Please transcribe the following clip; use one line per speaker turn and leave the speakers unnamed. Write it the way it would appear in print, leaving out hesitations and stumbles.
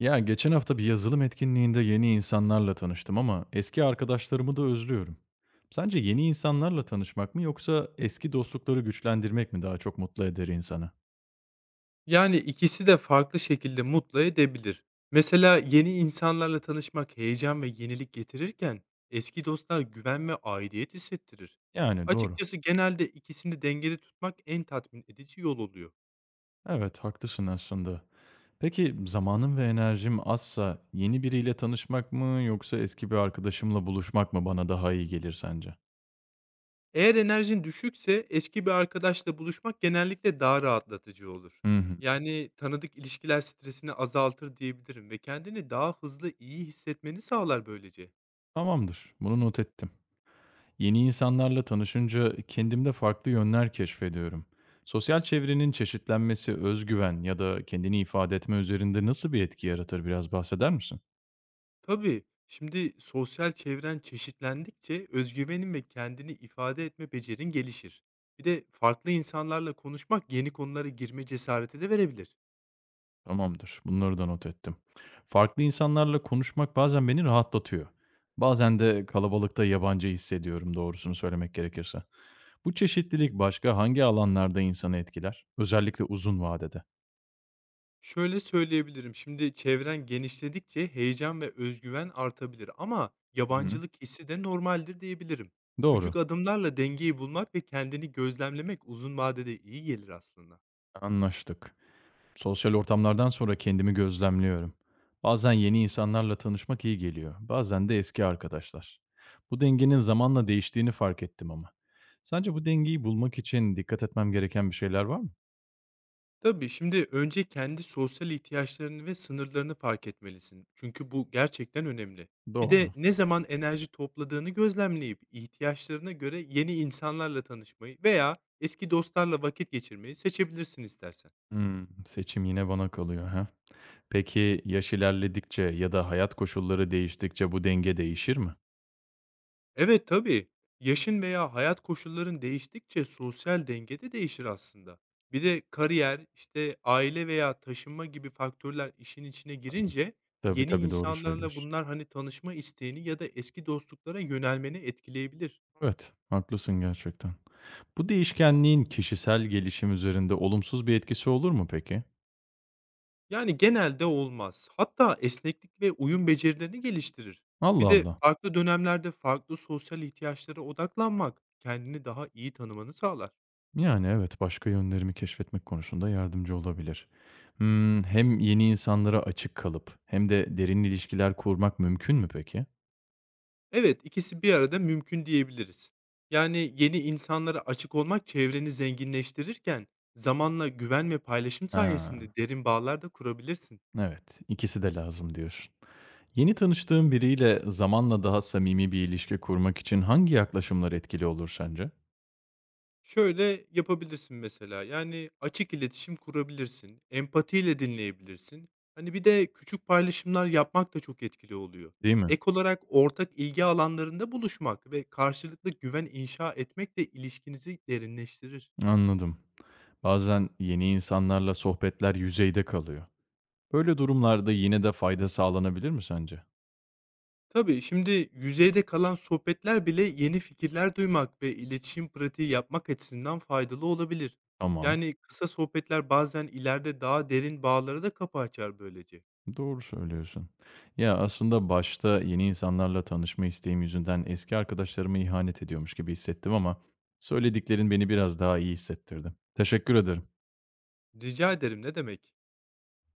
Ya geçen hafta bir yazılım etkinliğinde yeni insanlarla tanıştım ama eski arkadaşlarımı da özlüyorum. Sence yeni insanlarla tanışmak mı yoksa eski dostlukları güçlendirmek mi daha çok mutlu eder insanı?
Yani ikisi de farklı şekilde mutlu edebilir. Mesela yeni insanlarla tanışmak heyecan ve yenilik getirirken eski dostlar güven ve aidiyet hissettirir.
Yani doğru.
Açıkçası genelde ikisini dengede tutmak en tatmin edici yol oluyor.
Evet, haklısın aslında. Peki zamanım ve enerjim azsa yeni biriyle tanışmak mı yoksa eski bir arkadaşımla buluşmak mı bana daha iyi gelir sence?
Eğer enerjin düşükse eski bir arkadaşla buluşmak genellikle daha rahatlatıcı olur.
Hı hı.
Yani tanıdık ilişkiler stresini azaltır diyebilirim ve kendini daha hızlı iyi hissetmeni sağlar böylece.
Tamamdır. Bunu not ettim. Yeni insanlarla tanışınca kendimde farklı yönler keşfediyorum. Sosyal çevrenin çeşitlenmesi özgüven ya da kendini ifade etme üzerinde nasıl bir etki yaratır biraz bahseder misin?
Tabii. Şimdi sosyal çevren çeşitlendikçe özgüvenin ve kendini ifade etme becerin gelişir. Bir de farklı insanlarla konuşmak yeni konulara girme cesareti de verebilir.
Tamamdır. Bunları da not ettim. Farklı insanlarla konuşmak bazen beni rahatlatıyor. Bazen de kalabalıkta yabancı hissediyorum doğrusunu söylemek gerekirse. Bu çeşitlilik başka hangi alanlarda insanı etkiler? Özellikle uzun vadede.
Şöyle söyleyebilirim. Şimdi çevren genişledikçe heyecan ve özgüven artabilir ama
Hı,
yabancılık hissi de normaldir diyebilirim.
doğru.
Küçük adımlarla dengeyi bulmak ve kendini gözlemlemek uzun vadede iyi gelir aslında.
Anlaştık. Sosyal ortamlardan sonra kendimi gözlemliyorum. Bazen yeni insanlarla tanışmak iyi geliyor, bazen de eski arkadaşlar. Bu dengenin zamanla değiştiğini fark ettim ama. Sence bu dengeyi bulmak için dikkat etmem gereken bir şeyler var mı?
Tabii, şimdi önce kendi sosyal ihtiyaçlarını ve sınırlarını fark etmelisin. Çünkü bu gerçekten önemli. Bir de
Doğru.
ne zaman enerji topladığını gözlemleyip ihtiyaçlarına göre yeni insanlarla tanışmayı veya eski dostlarla vakit geçirmeyi seçebilirsin istersen.
Hmm, seçim yine bana kalıyor ha. Peki yaş ilerledikçe ya da hayat koşulları değiştikçe bu denge değişir mi?
Evet, tabii. Yaşın veya hayat koşulların değiştikçe sosyal denge de değişir aslında. Bir de kariyer, işte, aile veya taşınma gibi faktörler işin içine girince
Tabii
yeni
tabii doğru
insanlarla
söylüyorsun.
tanışma isteğini ya da eski dostluklara yönelmeni etkileyebilir.
Evet, haklısın gerçekten. Bu değişkenliğin kişisel gelişim üzerinde olumsuz bir etkisi olur mu peki?
Yani genelde olmaz. Hatta esneklik ve uyum becerilerini geliştirir. Bir
Allah
de
Allah.
farklı dönemlerde farklı sosyal ihtiyaçlara odaklanmak kendini daha iyi tanımanı sağlar.
Yani, evet, başka yönlerimi keşfetmek konusunda yardımcı olabilir. Hımm, hem yeni insanlara açık kalıp hem de derin ilişkiler kurmak mümkün mü peki?
Evet, ikisi bir arada mümkün diyebiliriz. Yani yeni insanlara açık olmak çevreni zenginleştirirken zamanla güven ve paylaşım
Ha,
sayesinde derin bağlar da kurabilirsin.
evet, ikisi de lazım diyorsun. Yeni tanıştığın biriyle zamanla daha samimi bir ilişki kurmak için hangi yaklaşımlar etkili olur sence?
Şöyle yapabilirsin mesela. Yani açık iletişim kurabilirsin, empatiyle dinleyebilirsin. Hani bir de küçük paylaşımlar yapmak da çok etkili oluyor.
Değil mi?
Ek olarak ortak ilgi alanlarında buluşmak ve karşılıklı güven inşa etmek de ilişkinizi derinleştirir.
Anladım. Bazen yeni insanlarla sohbetler yüzeyde kalıyor. Böyle durumlarda yine de fayda sağlanabilir mi sence?
Tabii, şimdi yüzeyde kalan sohbetler bile yeni fikirler duymak ve iletişim pratiği yapmak açısından faydalı olabilir.
Tamam.
Yani kısa sohbetler bazen ileride daha derin bağlara da kapı açar böylece.
Doğru söylüyorsun. Ya, aslında başta yeni insanlarla tanışma isteğim yüzünden eski arkadaşlarıma ihanet ediyormuş gibi hissettim ama söylediklerin beni biraz daha iyi hissettirdi. Teşekkür ederim.
Rica ederim, ne demek?